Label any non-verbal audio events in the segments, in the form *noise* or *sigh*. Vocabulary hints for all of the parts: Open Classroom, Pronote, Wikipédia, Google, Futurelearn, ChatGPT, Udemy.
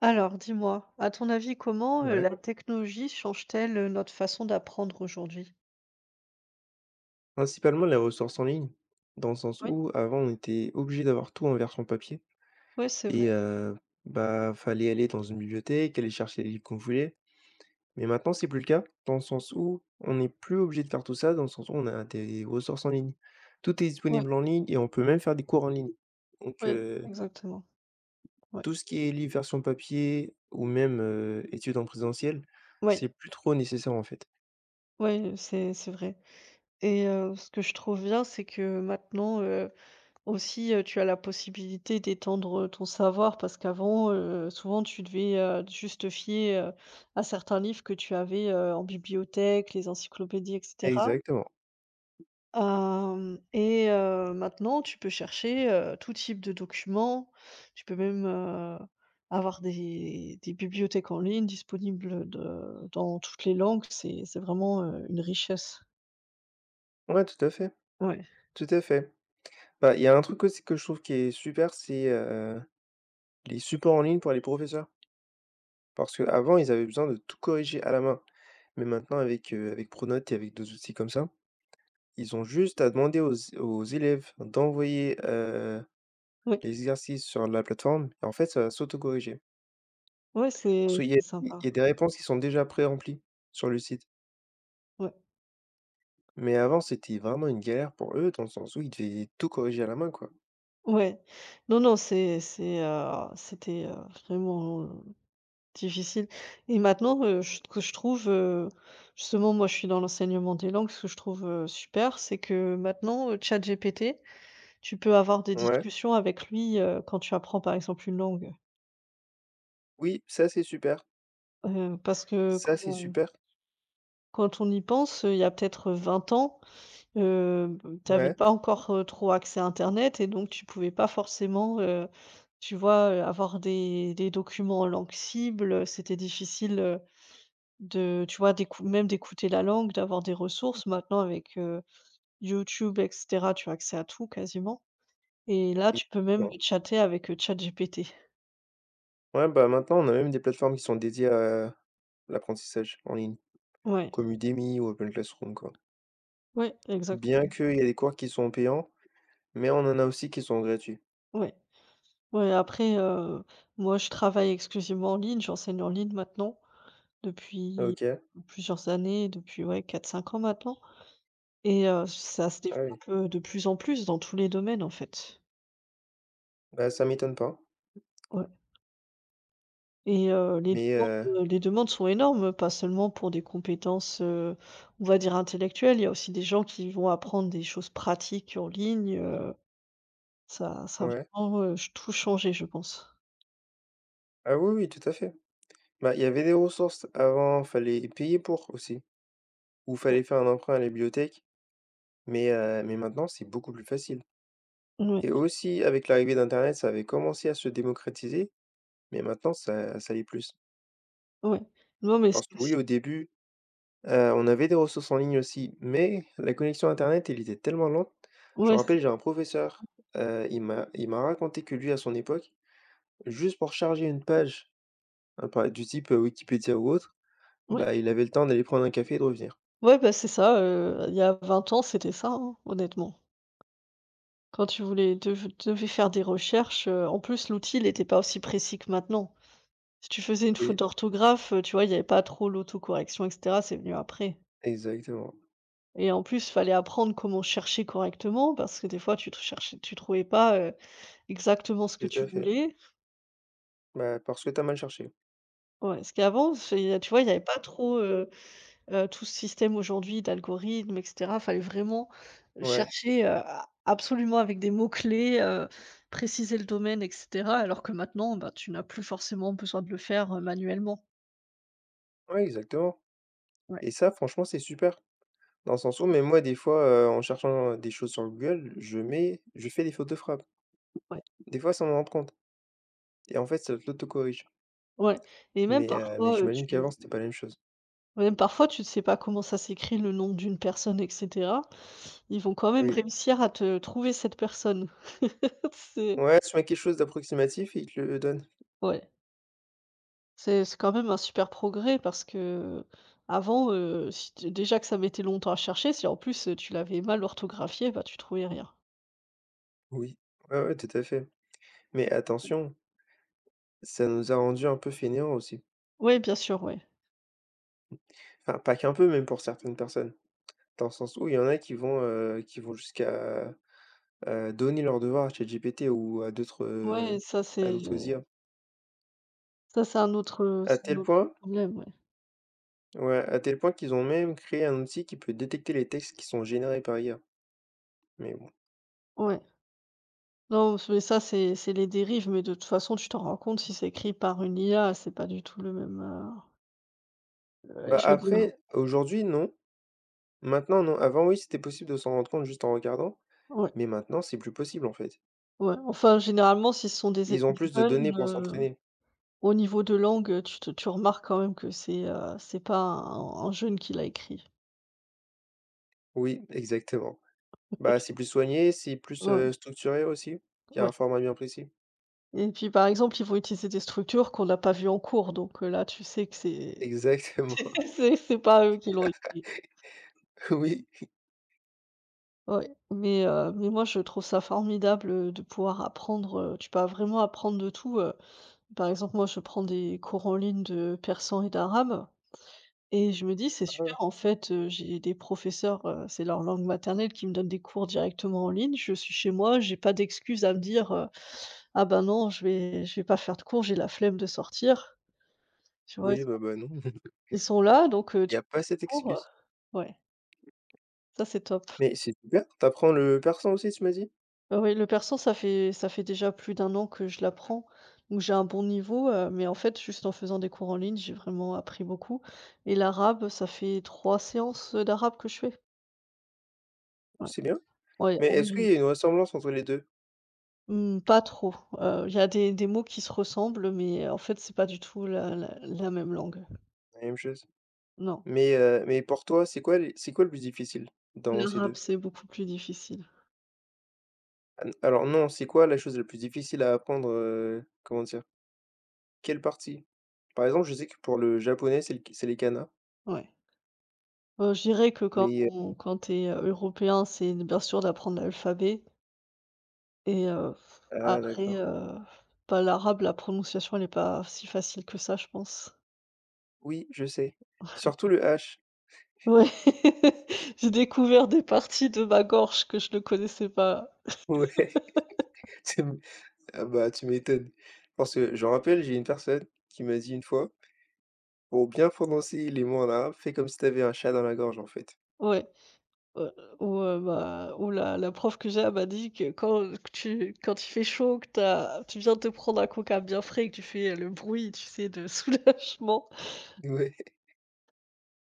Alors, dis-moi, à ton avis, comment, Ouais, la technologie change-t-elle, notre façon d'apprendre aujourd'hui? principalement les ressources en ligne, dans le sens Oui. où avant on était obligé d'avoir tout en version papier Oui, c'est vrai. et bah, fallait aller dans une bibliothèque, aller chercher les livres qu'on voulait. Mais maintenant c'est plus le cas, dans le sens où on n'est plus obligé de faire tout ça, dans le sens où on a des ressources en ligne. Tout est Oui, disponible en ligne et on peut même faire des cours en ligne. Donc, oui, exactement. Oui, tout ce qui est livre version papier ou même, études en présentiel, oui, c'est plus trop nécessaire, en fait. oui, c'est vrai et ce que je trouve bien, c'est que maintenant, aussi, tu as la possibilité d'étendre, ton savoir parce qu'avant, souvent tu devais, juste te fier, à certains livres que tu avais, en bibliothèque, les encyclopédies et cetera. Exactement. Hem Et maintenant tu peux chercher, tout type de documents. Tu peux même, avoir des bibliothèques en ligne disponibles de dans toutes les langues. C'est vraiment, une richesse. Ouais, tout à fait, Ouais, tout à fait. Bah, il y a un truc aussi que je trouve qui est super, c'est, les supports en ligne pour les professeurs. Parce qu'avant, ils avaient besoin de tout corriger à la main. Mais maintenant avec, avec Pronote et avec d'autres outils comme ça, ils ont juste à demander aux élèves d'envoyer, ouais, les exercices sur la plateforme et en fait, ça va s'auto-corriger. ouais, Parce c'est qu'il y a c'est il sympa. y a des réponses qui sont déjà pré-remplies sur le site. Ouais, Mais avant, c'était vraiment une galère pour eux dans le sens où ils devaient tout corriger à la main, quoi. ouais. Non, non, c'était, vraiment, difficile et maintenant, j ce que je trouve, justement moi je suis dans l'enseignement des langues, ce que je trouve, super, c'est que maintenant, ChatGPT. Tu peux avoir des Ouais. discussions avec lui, quand tu apprends par exemple une langue, Oui, ça, c'est super. Parce que Ça, c'est super. quand on y pense, il y a peut-être, 20 ans, heu, tu avais Ouais, pas encore, trop accès à internet et donc tu pouvais pas forcément, tu vois, avoir des documents en langue cible, c'était difficile, de tu vois, d'écou même d'écouter la langue, d'avoir des ressources. Maintenant avec, YouTube et cetera, tu as accès à tout quasiment et là, exactement. tu peux même Ouais, chatter avec, ChatGPT. ouais, bah, maintenant, on a même des plateformes qui sont dédiées à l'apprentissage en ligne, Ouais, comme Udemy ou Open Classroom, quoi. ouais, exact. Bien qu'il y a des cours qui sont payants, mais on en a aussi qui sont gratuits. Ouais, ouais, après, moi, je travaille exclusivement en ligne, j'enseigne en ligne maintenant depuis OK. plusieurs années, depuis, ouais, quatre cinq ans maintenant et ça se développe, Ah oui. De plus en plus dans tous les domaines, en fait. Bah, ça m'étonne pas. Ouais et Mais les demandes sont énormes, pas seulement pour des compétences, on va dire intellectuelles, il y a aussi des gens qui vont apprendre des choses pratiques en ligne, ça a ouais. vraiment, tout changé, je pense. Ah oui, oui, tout à fait. Bah, il y avait des ressources. Avant, fallait payer pour aussi, ou fallait faire un emprunt à la bibliothèque, mais maintenant, c'est beaucoup plus facile. Ouais, Et aussi, avec l'arrivée d'internet, ça avait commencé à se démocratiser, mais maintenant, ça l'est plus. ouais. Non, mais Parce c'est que oui, aussi au début, on avait des ressources en ligne aussi, mais la connexion internet, elle était tellement lente. Je me ouais, c'est rappelle, j'ai un professeur, il m'a raconté que lui, à son époque, juste pour charger une page, hein, par du type, Wikipédia ou autre, ouais. bah, il avait le temps d'aller prendre un café et de revenir. Ouais, bah, c'est ça, il y a 20 ans, c'était ça, hein, honnêtement. Quand tu voulais devais faire des recherches, en plus, l'outil, il était pas aussi précis que maintenant. Si tu faisais une faute Oui, d'orthographe, tu vois, il y avait pas trop l'autocorrection et cetera, c'est venu après exactement. et en plus, fallait apprendre comment chercher correctement parce que des fois, tu te cherchais tu trouvais pas, exactement ce que Tout tu à fait. voulais. Bah, parce que t'as mal cherché. Ouais, parce qu'avant, c'est tu vois, il y avait pas trop, tout ce système aujourd'hui d'algorithmes et cetera, fallait vraiment Ouais. chercher, a absolument avec des mots clés, préciser le domaine et cetera, alors que maintenant, bah, tu n'as plus forcément besoin de le faire, manuellement. Ouais, exactement. Ouais, Et ça, franchement, c'est super. Dans le sens où, même moi, des fois, en cherchant, des choses sur Google, je fais des fautes de frappe. ouais, Des fois, sans m'en rendre compte. Et en fait, ça te l'autocorrige. ouais et même Mais parfois, j'imagine tu qu'avant, c'était pas la même chose. même parfois tu ne sais pas comment ça s'écrit le nom d'une personne et cetera, ils vont quand même Oui. réussir à te trouver cette personne. *laughs* C'est Ouais, si tu mets quelque chose d'approximatif et il te le donne. ouais. C'est quand même un super progrès parce qu'avant, si t déjà que ça mettait longtemps à chercher, si en plus, tu l'avais mal orthographié, bah, tu trouvais rien. Oui. Ouais, ouais, tout à fait. Mais attention, ça nous a rendu un peu fainéants aussi. Ouais, bien sûr, ouais. Enfin, pas qu'un peu, même pour certaines personnes. Dans le sens où il y en a qui vont jusqu'à donner leurs devoirs à ChatGPT ou à d'autres, Ouais, heu, ça à c'est d'autres IA. À c'est un tel autre point, problème, ouais. ouais, à tel point qu'ils ont même créé un outil qui peut détecter les textes qui sont générés par IA, mais bon. Ouais. Non, mais ça c'est les dérives, mais de toute façon, tu t'en rends compte si c'est écrit par une IA, c'est pas du tout le même, Bah, je veux dire après, aujourd'hui, non. Maintenant, non. Avant, oui, c'était possible de s'en rendre compte juste en regardant, ouais, mais maintenant, c'est plus possible, en fait. ouais, enfin généralement, si ce sont des élèves Ils ont plus de données pour jeunes, s'entraîner. au niveau de langue, tu remarques quand même que c'est pas un jeune qui l'a écrit. Oui, exactement. Bah, c'est plus soigné, c'est plus, Ouais, structuré aussi. Il y a un ouais format bien précis. et puis, par exemple, ils vont utiliser des structures qu'on n'a pas vues en cours donc, là, tu sais que c'est Exactement. *laughs* c'est pas eux qui l'ont écrit. *laughs* Oui. Ouais, mais moi, je trouve ça formidable, de pouvoir apprendre, tu peux vraiment apprendre de tout, Par exemple, moi, je prends des cours en ligne de persan et d'arabe. Et je me dis: «C'est Ah ouais. super, en fait, j'ai des professeurs, c'est leur langue maternelle qui me donnent des cours directement en ligne. Je suis chez moi, j'ai pas d'excuse à me dire, "Ah ben non, je vais pas faire de cours, j'ai la flemme de sortir"». Tu vois? Oui, bah bah, non. *laughs* Ils sont là, donc Il tu y a fais pas ton cette cours, excuse. ouais, ça c'est top. Mais c'est super. T'apprends le persan aussi, tu m'as dit? Ah oui, le persan, ça fait déjà plus d'un an que je l'apprends, donc j'ai un bon niveau, mais en fait, juste en faisant des cours en ligne, j'ai vraiment appris beaucoup et l'arabe, ça fait 3 séances, d'arabe que je fais. Oh, Ouais, c'est bien. ouais, Mais en est-ce qu'il ligne. y a une ressemblance entre les deux? Mmh, pas trop. Il y a des mots qui se ressemblent, mais en fait, c'est pas du tout la même langue. La même chose. Non. Mais pour toi, c'est quoi le plus difficile dans ces L'arabe, 2? c'est beaucoup plus difficile. An alors non, c'est quoi la chose la plus difficile à apprendre, comment dire? Quelle partie? Par exemple, je sais que pour le japonais, c'est le c'est les kanas, Ouais. Je dirais que mais quand tu es, européen, c'est bien sûr d'apprendre l'alphabet et ah après, d'accord. Bah, l'arabe, la prononciation, elle est pas si facile que ça, je pense. Oui, je sais. Surtout le H. Ouais. *laughs* J'ai découvert des parties de ma gorge que je ne connaissais pas. Ouais, *laughs* c'est ah bah, tu m'étonnes. Parce que je me rappelle, j'ai une personne qui m'a dit une fois, pour bien prononcer les mots en arabe, fais comme si t'avais un chat dans la gorge, en fait. Ouais. Heu, où, bah, où la prof que j'ai, elle m'a dit que quand il fait chaud, que tu viens de te prendre un coca bien frais et que tu fais, le bruit, tu sais, de *laughs* soulagement. Ouais. *laughs*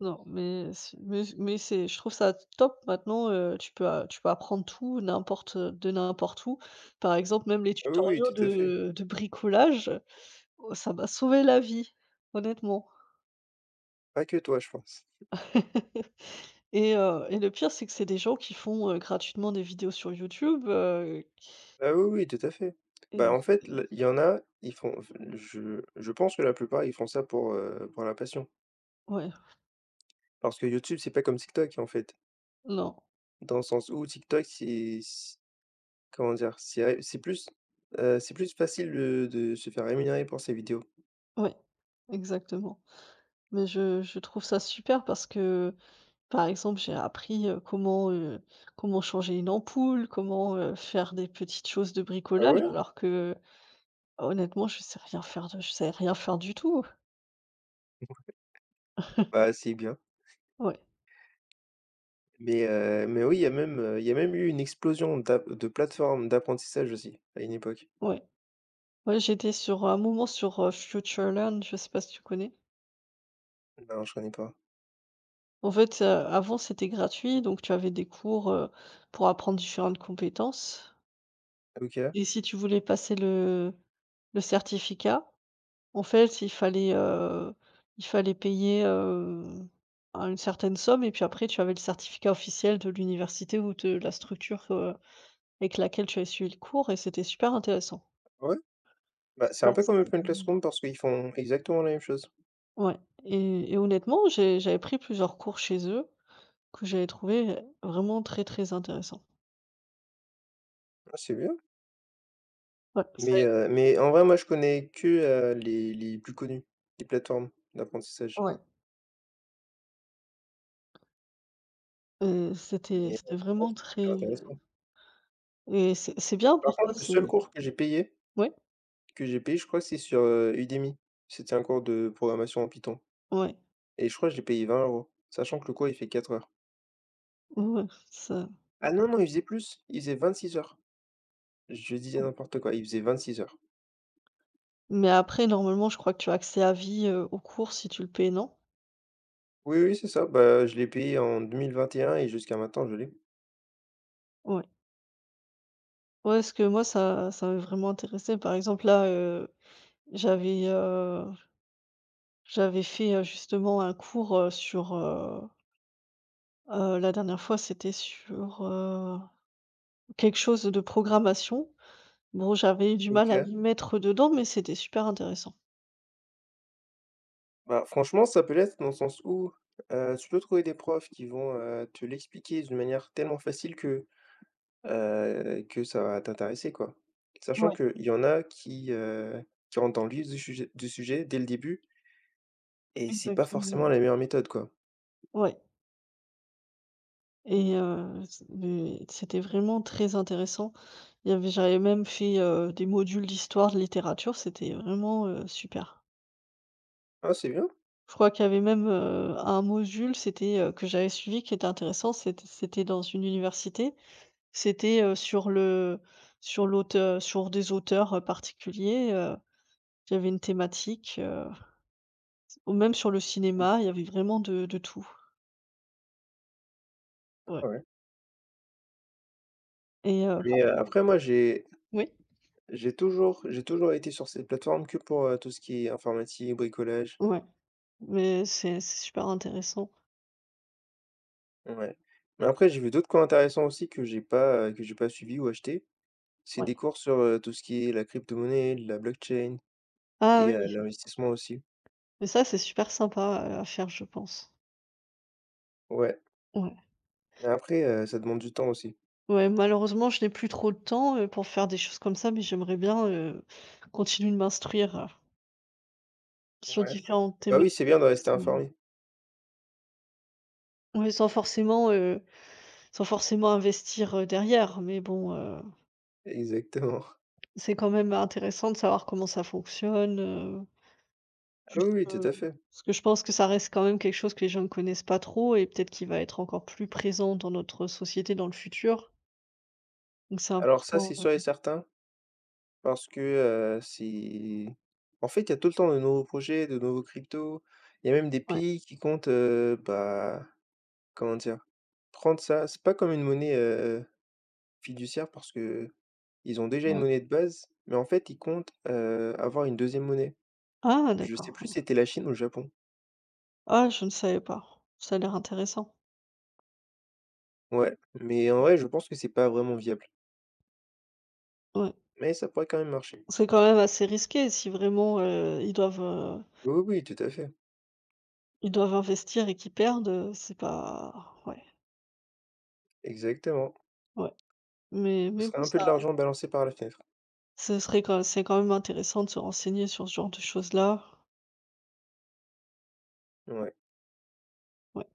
Non, mais c'est mais c'est je trouve ça top maintenant, tu peux apprendre tout, n'importe, de n'importe où. Par exemple, même les Ah oui, oui, tutoriaux tout à fait. De bricolage, ça m'a sauvé la vie, honnêtement. Pas que toi, je pense. *laughs* Et le pire, c'est que c'est des gens qui font, gratuitement des vidéos sur YouTube, qui Ah oui, oui, tout à fait. et Bah, en fait, et il y en a, ils font, je pense que la plupart, ils font ça pour la passion. ouais. Parce que YouTube, c'est pas comme TikTok, en fait. Non, Dans le sens où TikTok, c'est, comment dire, c'est plus, c'est plus facile de se faire rémunérer pour ses vidéos. ouais, exactement. Mais je trouve ça super parce que, par exemple, j'ai appris, comment, comment changer une ampoule, comment, faire des petites choses de Ah bricolage ouais? alors que, honnêtement, je sais rien faire du tout. Bah, c'est bien. Ouais, Mais oui, il y a même, il y a même eu une explosion d'app de plateformes d'apprentissage aussi, à une époque. ouais. Ouais, j'étais sur un moment sur, Futurelearn, je sais pas si tu connais? Non, je connais pas. En fait, avant, c'était gratuit, donc tu avais des cours, pour apprendre différentes compétences OK. et si tu voulais passer le certificat. En fait, il fallait payer, un une certaine somme et puis après tu avais le certificat officiel de l'université ou de la structure, avec laquelle tu as suivi le cours et c'était super intéressant. Ouais, bah, c'est un Voilà, peu comme c'est Open Classroom parce qu'ils font exactement la même chose. ouais et honnêtement, j'avais pris plusieurs cours chez eux que j'avais trouvé vraiment très, très intéressants. Ah, c'est bien. Ouais, c'est Mais en vrai, moi, je connais que, les plus connus les plateformes d'apprentissage. ouais, Mais c'était ouais, vraiment c'est super très intéressant. et c'est bien Par contre, parfois le c'est seul cours que j'ai payé ouais, que j'ai payé, je crois que c'est sur, Udemy. C'était un cours de programmation en Python ouais, et je crois que j'ai payé 20 € sachant que le cours, il fait 4 heures. ouais, ouais, ça. Ah non, non, il faisait plus, il faisait 6 heures. Je disais n'importe quoi, il faisait 26 heures. Mais après, normalement, je crois que tu as accès à vie, aux cours si tu le payes, non? Oui, oui, c'est ça, bah, je l'ai payé en 2021 et jusqu'à maintenant, je l'ai. Ouais. Ouais, parce que moi, ça m'a vraiment intéressé. Par exemple, là, j'avais, heu, j'avais fait, justement un cours, la dernière fois, c'était sur, quelque chose de programmation. Bon, j'avais eu du mal à OK. m'y mettre dedans, mais c'était super intéressant. Bah, franchement, ça peut l'être dans le sens où, tu peux trouver des profs qui vont, te l'expliquer d'une manière tellement facile que, que ça va t'intéresser, quoi. Sachant Ouais, qu'il y en a qui, qui rentrent dans le vif du sujet dès le début. Et c'est pas exactement, ouais. forcément la meilleure méthode, quoi. Ouais et c mais c'était vraiment très intéressant. Il y avait j'avais même fait, des modules d'histoire, de littérature, c'était vraiment, super. Ah, c'est bien. Je crois qu'il y avait même, un module, c'était, que j'avais suivi qui était intéressant, c'était dans une université. C'était, sur des auteurs, particuliers, il y avait une thématique, ou même sur le cinéma, il y avait vraiment de tout. Ouais Ah ouais. et par Mais, après moi j'ai oui? j'ai toujours j'ai toujours été sur cette plateforme que pour, tout ce qui est informatique, bricolage, Ouais, mais c'est super intéressant. ouais. Mais après j'ai vu d'autres cours intéressants aussi que j'ai pas suivi ou acheté. C'est Ouais. des cours sur, tout ce qui est la crypto-monnaie, la blockchain Ah et oui, l'investissement aussi. mais ça, c'est super sympa, à faire, je pense. Ouais. Ouais. Mais après, ça demande du temps aussi. Ouais, malheureusement, je n'ai plus trop de temps, pour faire des choses comme ça, mais j'aimerais bien, continuer de m'instruire, sur Ouais. différentes Bah thématiques, oui, c'est bien de rester sans informé. ouais, sans forcément investir, derrière. Mais bon, Exactement. *laughs* c'est quand même intéressant de savoir comment ça fonctionne, Ah oui, juste, oui, tout heu, à fait. parce que je pense que ça reste quand même quelque chose que les gens ne connaissent pas trop et peut-être qu'il va être encore plus présent dans notre société dans le futur. Donc c'est Alors ça, important, c'est sûr et certain parce que, c'est en fait, il y a tout le temps de nouveaux projets, de nouveaux cryptos. Il y a même des ouais, pays qui comptent, bah, comment dire? Prendre ça c'est pas comme une monnaie, fiduciaire parce que ils ont déjà une ouais. monnaie de base, mais en fait, ils comptent, avoir une deuxième monnaie. Ah Je sais d'accord, plus ouais. si c'était la Chine ou le Japon. Ah, je ne savais pas. Ça a l'air intéressant. Ouais, mais en vrai, je pense que c'est pas vraiment viable, Ouais. mais ça pourrait quand même marcher. C'est quand même assez risqué si vraiment, Oui, oui, tout à fait, ils doivent investir et qu'ils perdent, c'est pas ouais, exactement. ouais. Mais Ce serait bon un peu ça de l'argent balancé par la fenêtre. ce serait quand c'est quand même intéressant de se renseigner sur ce genre de choses-là. Ouais. Ouais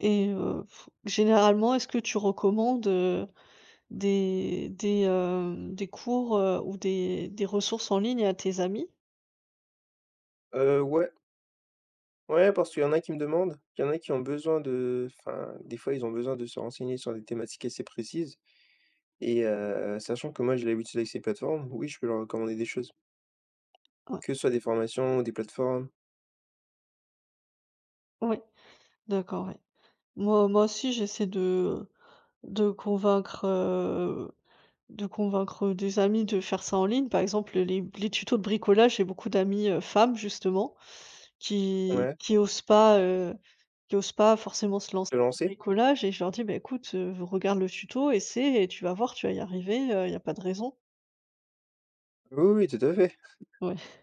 et généralement, est-ce que tu recommandes, des cours, ou des ressources en ligne à tes amis? Ouais, ouais, parce qu'il y en a qui me demandent, il y en a qui ont besoin de enfin, des fois, ils ont besoin de se renseigner sur des thématiques assez précises et sachant que moi, j'ai l'habitude avec ces plateformes, oui, je peux leur recommander des choses, Ouais, que ce soit des formations, ou des plateformes. ouais, d'accord, ouais. Moi aussi j'essaie de de convaincre, heu de convaincre, des amis de faire ça en ligne. Par exemple, les tutos de bricolage, j'ai beaucoup d'amis femmes justement qui Ouais, qui osent pas, heu, qui osent pas forcément se lancer te dans le lancer? bricolage et je leur dis: «Bah écoute, regarde le tuto, essaie et tu vas voir, tu vas y arriver, il y a pas de raison». Oui, oui, tout à fait. Ouais.